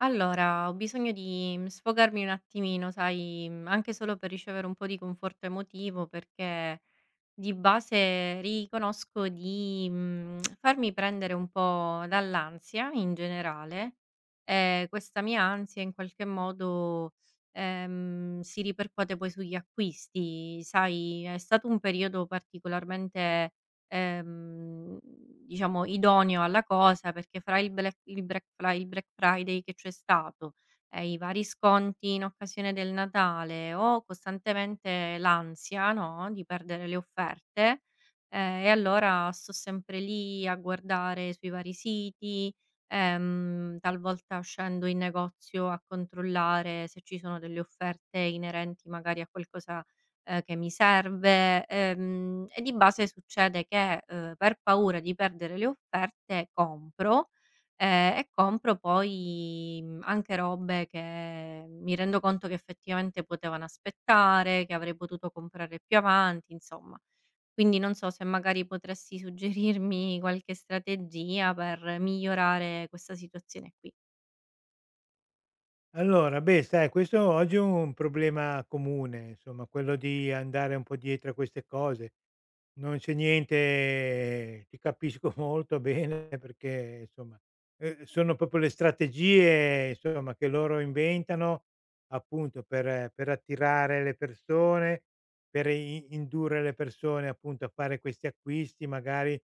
Allora, ho bisogno di, sfogarmi un attimino, sai, anche solo per ricevere un po' di conforto emotivo, perché di base riconosco di, farmi prendere un po' dall'ansia in generale, e questa mia ansia in qualche modo, si ripercuote poi sugli acquisti. Sai, è stato un periodo particolarmente diciamo idoneo alla cosa, perché fra il Black Friday che c'è stato, e i vari sconti in occasione del Natale, ho costantemente l'ansia, no, di perdere le offerte. E allora sto sempre lì a guardare sui vari siti, talvolta scendo in negozio a controllare se ci sono delle offerte inerenti magari a qualcosa che mi serve, e di base succede che, per paura di perdere le offerte compro, e compro poi, anche robe che mi rendo conto che effettivamente potevano aspettare, che avrei potuto comprare più avanti, insomma. Quindi non so se magari potresti suggerirmi qualche strategia per migliorare questa situazione qui. Allora, beh, sai, questo oggi è un problema comune, insomma, quello di andare un po' dietro a queste cose. Non c'è niente, ti capisco molto bene perché, insomma, sono proprio le strategie, insomma, che loro inventano appunto per attirare le persone, per i indurre le persone appunto a fare questi acquisti magari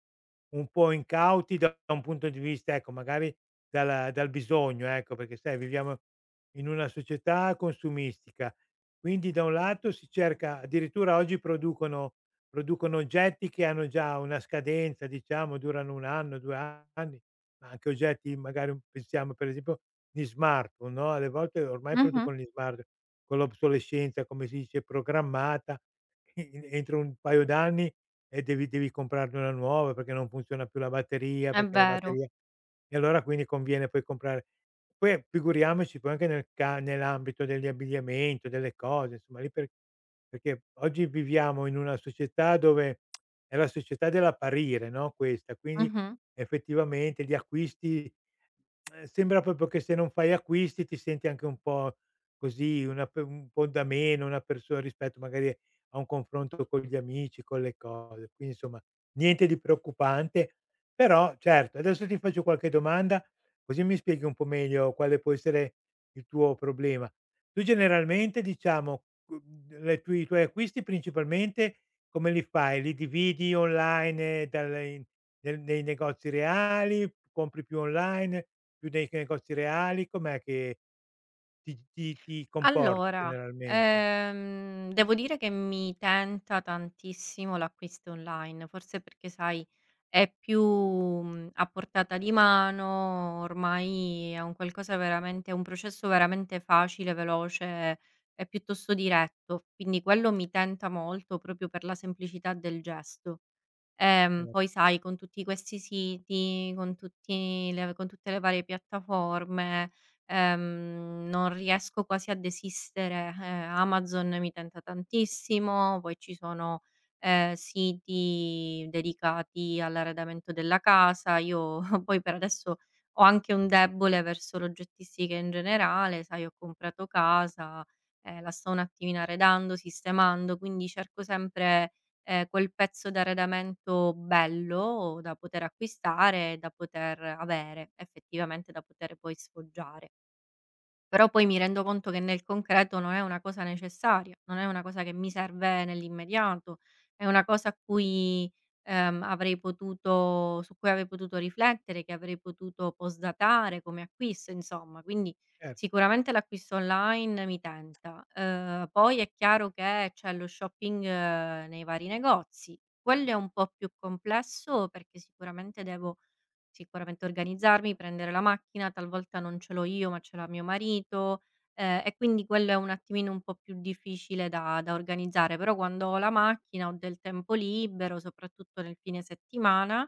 un po' incauti da un punto di vista, ecco, magari dal bisogno, ecco, perché sai viviamo in una società consumistica. Quindi da un lato si cerca, addirittura oggi producono oggetti che hanno già una scadenza, diciamo, durano 1 anno, 2 anni, ma anche oggetti magari pensiamo per esempio gli smartphone, no, alle volte ormai Mh-mh, producono gli smart con l'obsolescenza, come si dice, programmata, e entro un paio d'anni devi comprarne una nuova perché non funziona più la batteria, è perché la vero. batteria. E allora quindi conviene poi comprare, poi figuriamoci poi anche nell'ambito degli abbigliamento, delle cose, insomma, lì per, perché oggi viviamo in una società dove è la società dell'apparire, no, questa, quindi Mh-mh. effettivamente gli acquisti, sembra proprio che se non fai acquisti ti senti anche un po' così, una pe un po' da meno, una persona rispetto magari a un confronto con gli amici, con le cose. Quindi insomma niente di preoccupante, però certo, adesso ti faccio qualche domanda così mi spieghi un po' meglio quale può essere il tuo problema. Tu generalmente, diciamo, le tue i tuoi acquisti principalmente come li fai? Li dividi online dal in nel nei negozi reali? Compri più online, più nei negozi reali? Com'è che ti comporti Allora, generalmente? Devo dire che mi tenta tantissimo l'acquisto online, forse perché sai è più, a portata di mano, ormai è un qualcosa veramente un processo veramente facile, veloce e piuttosto diretto, quindi quello mi tenta molto proprio per la semplicità del gesto. Ehm, Eh, poi sai, con tutti questi siti, con tutte le varie piattaforme, non riesco quasi a desistere. Amazon mi tenta tantissimo, poi ci sono, siti dedicati all'arredamento della casa. Io poi per adesso ho anche un debole verso l'oggettistica in generale, sai, ho comprato casa, la sto un attimino arredando, sistemando, quindi cerco sempre quel pezzo d'arredamento bello da poter acquistare, da poter avere, effettivamente da poter poi sfoggiare. Però poi mi rendo conto che nel concreto non è una cosa necessaria, non è una cosa che mi serve nell'immediato, è una cosa a cui, avrei potuto su cui avrei potuto riflettere, che avrei potuto postdatare come acquisto, insomma. Quindi cer sicuramente l'acquisto online mi tenta. Poi è chiaro che c'è lo shopping nei vari negozi. Quello è un po' più complesso, perché sicuramente organizzarmi, prendere la macchina, talvolta non ce l'ho io, ma ce l'ha mio marito, e quindi quello è un attimino un po' più difficile da organizzare, però quando ho la macchina, ho del tempo libero, soprattutto nel fine settimana,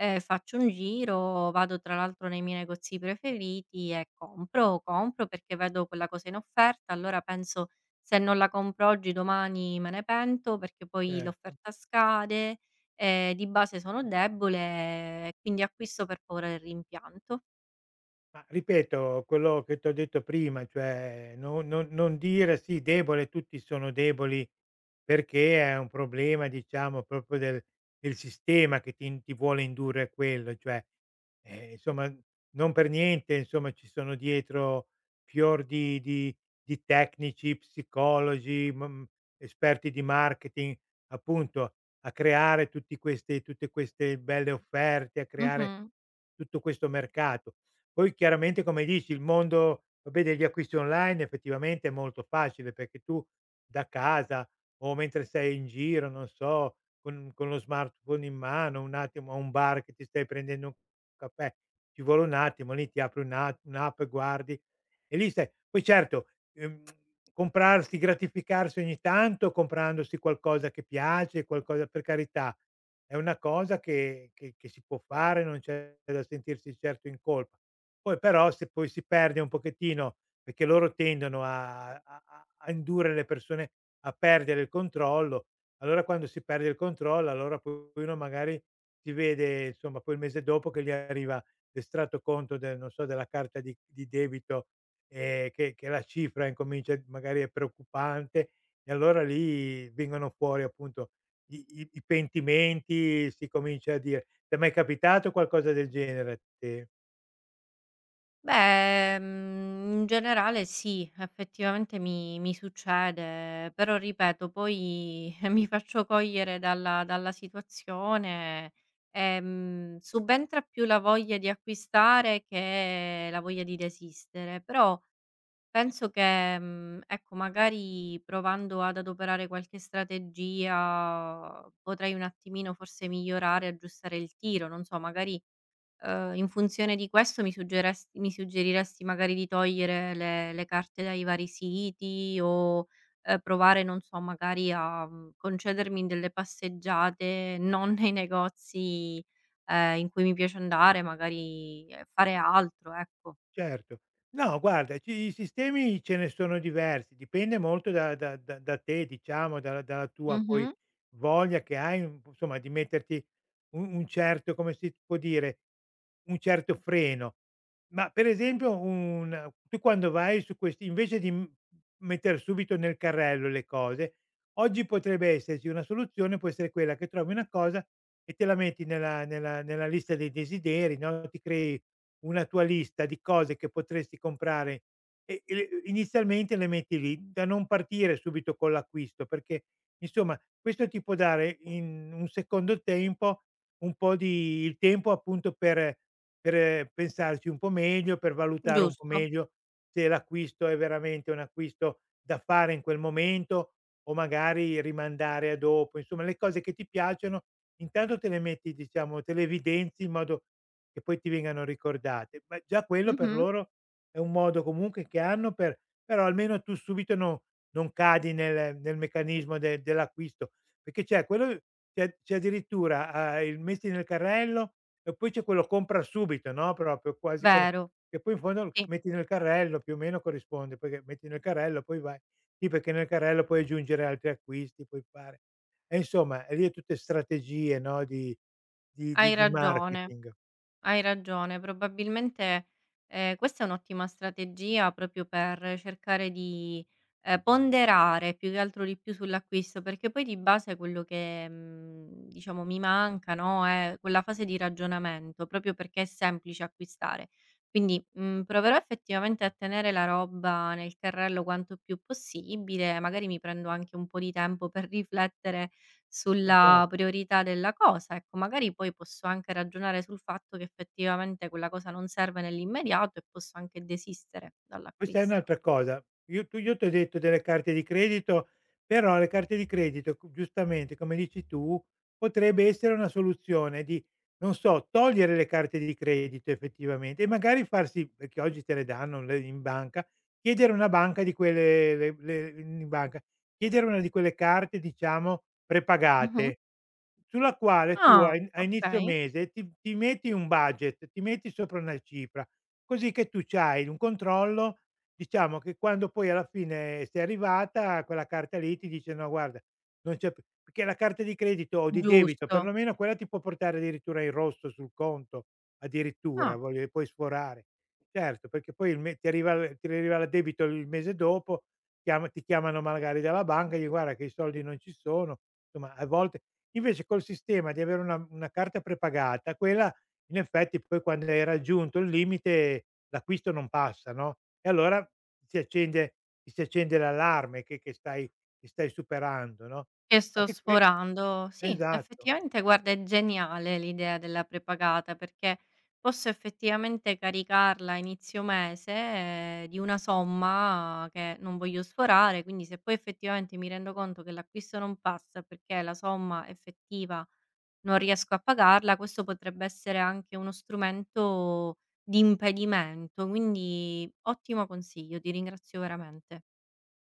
Faccio un giro, vado tra l'altro nei miei negozi preferiti e compro, compro perché vedo quella cosa in offerta, allora penso: "Se non la compro oggi, domani me ne pento perché poi certo. l'offerta scade, di base sono debole e quindi acquisto per paura del rimpianto." Ma ripeto, quello che t'ho detto prima, cioè no, non dire: "Sì, debole, tutti sono deboli", perché è un problema, diciamo proprio del del sistema che ti in ti vuole indurre a quello, cioè, insomma non per niente insomma ci sono dietro fior di di tecnici, psicologi, ma esperti di marketing, appunto, a creare tutti queste tutte queste belle offerte, a creare Mh-mh. tutto questo mercato. Poi chiaramente, come dici, il mondo, vabbè, degli acquisti online effettivamente è molto facile perché tu da casa o mentre sei in giro, non so, con lo smartphone in mano, un attimo a un bar che ti stai prendendo un caffè, ci vuole un attimo, lì ti apri una un'app, guardi e lì stai. Poi certo, ehm, comprarsi, gratificarsi ogni tanto comprandosi qualcosa che piace, qualcosa, per carità, è una cosa che che si può fare, non c'è da sentirsi certo in colpa. Poi però se poi si perde un pochettino, perché loro tendono a indurre le persone a perdere il controllo, allora quando si perde il controllo, allora poi uno magari si vede insomma poi il mese dopo che gli arriva l'estratto conto del, non so, della carta di debito, che la cifra incomincia, magari è preoccupante, e allora lì vengono fuori appunto i pentimenti, si comincia a dire: "T'è mai capitato qualcosa del genere a te?" Beh, in generale sì, effettivamente mi succede, però ripeto poi mi faccio cogliere dalla situazione, subentra più la voglia di acquistare che la voglia di desistere, però penso che, ecco, magari provando ad adoperare qualche strategia potrei un attimino forse migliorare, aggiustare il tiro, non so, magari, in funzione di questo mi suggeriresti magari di togliere le carte dai vari siti, o provare, non so, magari a, concedermi delle passeggiate non nei negozi, in cui mi piace andare, magari, fare altro, ecco. Certo. No, guarda, ci i sistemi ce ne sono diversi, dipende molto da te, diciamo, dalla dalla tua poi Mh-mh, voglia che hai, un p insomma, di metterti un certo, come si può dire, un certo freno. Ma per esempio, un tu quando vai su questi, invece di, metter subito nel carrello le cose, oggi potrebbe esserci una soluzione, può essere quella che trovi una cosa e te la metti nella lista dei desideri, no, ti crei una tua lista di cose che potresti comprare, e le inizialmente le metti lì, da non partire subito con l'acquisto, perché insomma questo ti può dare in un secondo tempo un po' di il tempo, appunto, per pensarci un po' meglio, per valutare un po' giusto. meglio se l'acquisto è veramente un acquisto da fare in quel momento o magari rimandare a dopo. Insomma, le cose che ti piacciono intanto te le metti, diciamo, te le evidenzi in modo che poi ti vengano ricordate. Ma già quello per Mh-mh. loro è un modo comunque che hanno per, però almeno tu subito no, non cadi nel meccanismo de dell'acquisto, perché c'è quello, c'è addirittura, il metti nel carrello e poi c'è quello compra subito, no, proprio quasi come Vero. che poi in fondo Sì, metti nel carrello, più o meno corrisponde, perché metti nel carrello, poi vai. Sì, perché nel carrello puoi aggiungere altri acquisti, puoi fare, e insomma, e lì è tutte strategie, no, di di di hai di ragione, marketing. hai ragione. Probabilmente, questa è un'ottima strategia proprio per cercare di, ponderare più che altro di più sull'acquisto, perché poi di base quello che, diciamo mi manca, no, è quella fase di ragionamento, proprio perché è semplice acquistare. Quindi, proverò effettivamente a tenere la roba nel carrello quanto più possibile, magari mi prendo anche un po' di tempo per riflettere Esatto. sulla priorità della cosa, ecco, magari poi posso anche ragionare sul fatto che effettivamente quella cosa non serve nell'immediato e posso anche desistere Questa è dall'acquisto. un'altra cosa. Io tu io t'ho detto delle carte di credito, però le carte di credito, c giustamente come dici tu, potrebbe essere una soluzione di, non so, togliere le carte di credito effettivamente e magari farsi, perché oggi te le danno le in banca, chiedere una banca di quelle le in banca, chiedere una di quelle carte diciamo Mh-mh. prepagate, sulla quale tu a Ah, in a inizio okay, mese ti metti un budget, ti metti sopra una cifra, così che tu c'hai un controllo. Diciamo che quando poi alla fine sei arrivata, quella carta lì ti dice: "No guarda, non c'è più", perché la carta di credito o di debito, giusto. perlomeno quella ti può portare addirittura in rosso sul conto, addirittura, Ah. voglio dire, puoi sforare. Certo, perché poi il me ti arriva l ti arriva il debito il mese dopo, chiama ti chiamano magari dalla banca e gli: "Guarda che i soldi non ci sono." Insomma, a volte invece col sistema di avere una carta prepagata, quella in effetti poi quando hai raggiunto il limite l'acquisto non passa, no, e allora si accende, ti si accende l'allarme che stai, che stai superando, no? Che sto Anche que sforando. Sì, Esatto. effettivamente guarda, è geniale l'idea della prepagata, perché posso effettivamente caricarla a inizio mese di una somma che non voglio sforare, quindi se poi effettivamente mi rendo conto che l'acquisto non passa perché la somma effettiva non riesco a pagarla, questo potrebbe essere anche uno strumento di impedimento, quindi ottimo consiglio, ti ringrazio veramente.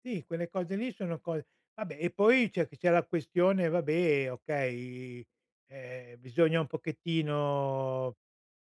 Sì, quelle cose lì sono cose, vabbè, e poi c'è la questione, vabbè, okay, bisogna un pochettino,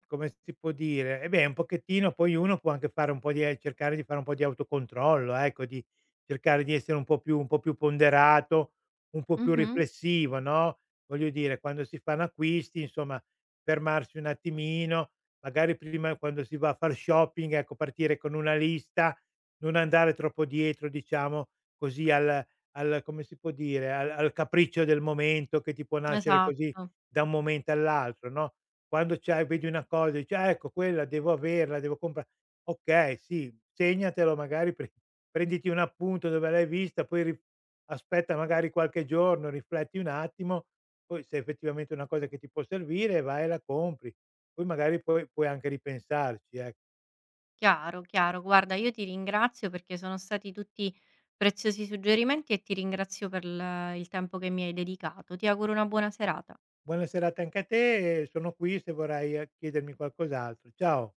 come si può dire, eh beh, un pochettino poi uno può anche fare un po' di, cercare di fare un po' di autocontrollo, ecco, di cercare di essere un po' più, ponderato, un po' più Mh-mh, riflessivo, no, voglio dire quando si fanno acquisti, insomma, fermarsi un attimino, magari prima quando si va a far shopping, ecco, partire con una lista, non andare troppo dietro, diciamo, così al come si può dire, al capriccio del momento che ti può nascere così esatto. da un momento all'altro, no, quando c'hai vedi una cosa e dici: "Ah, ecco, quella devo averla, devo compra". Okay, sì, segnatelo, magari prenditi un appunto dove l'hai vista, poi ri aspetta magari qualche giorno, rifletti un attimo, poi se effettivamente è effettivamente una cosa che ti può servire vai e la compri, poi magari puoi anche ripensarci, ec. Chiaro, chiaro. Guarda, io ti ringrazio perché sono stati tutti preziosi suggerimenti e ti ringrazio per il tempo che mi hai dedicato. Ti auguro una buona serata. Buona serata anche a te e sono qui se vorrai, chiedermi qualcos'altro. Ciao.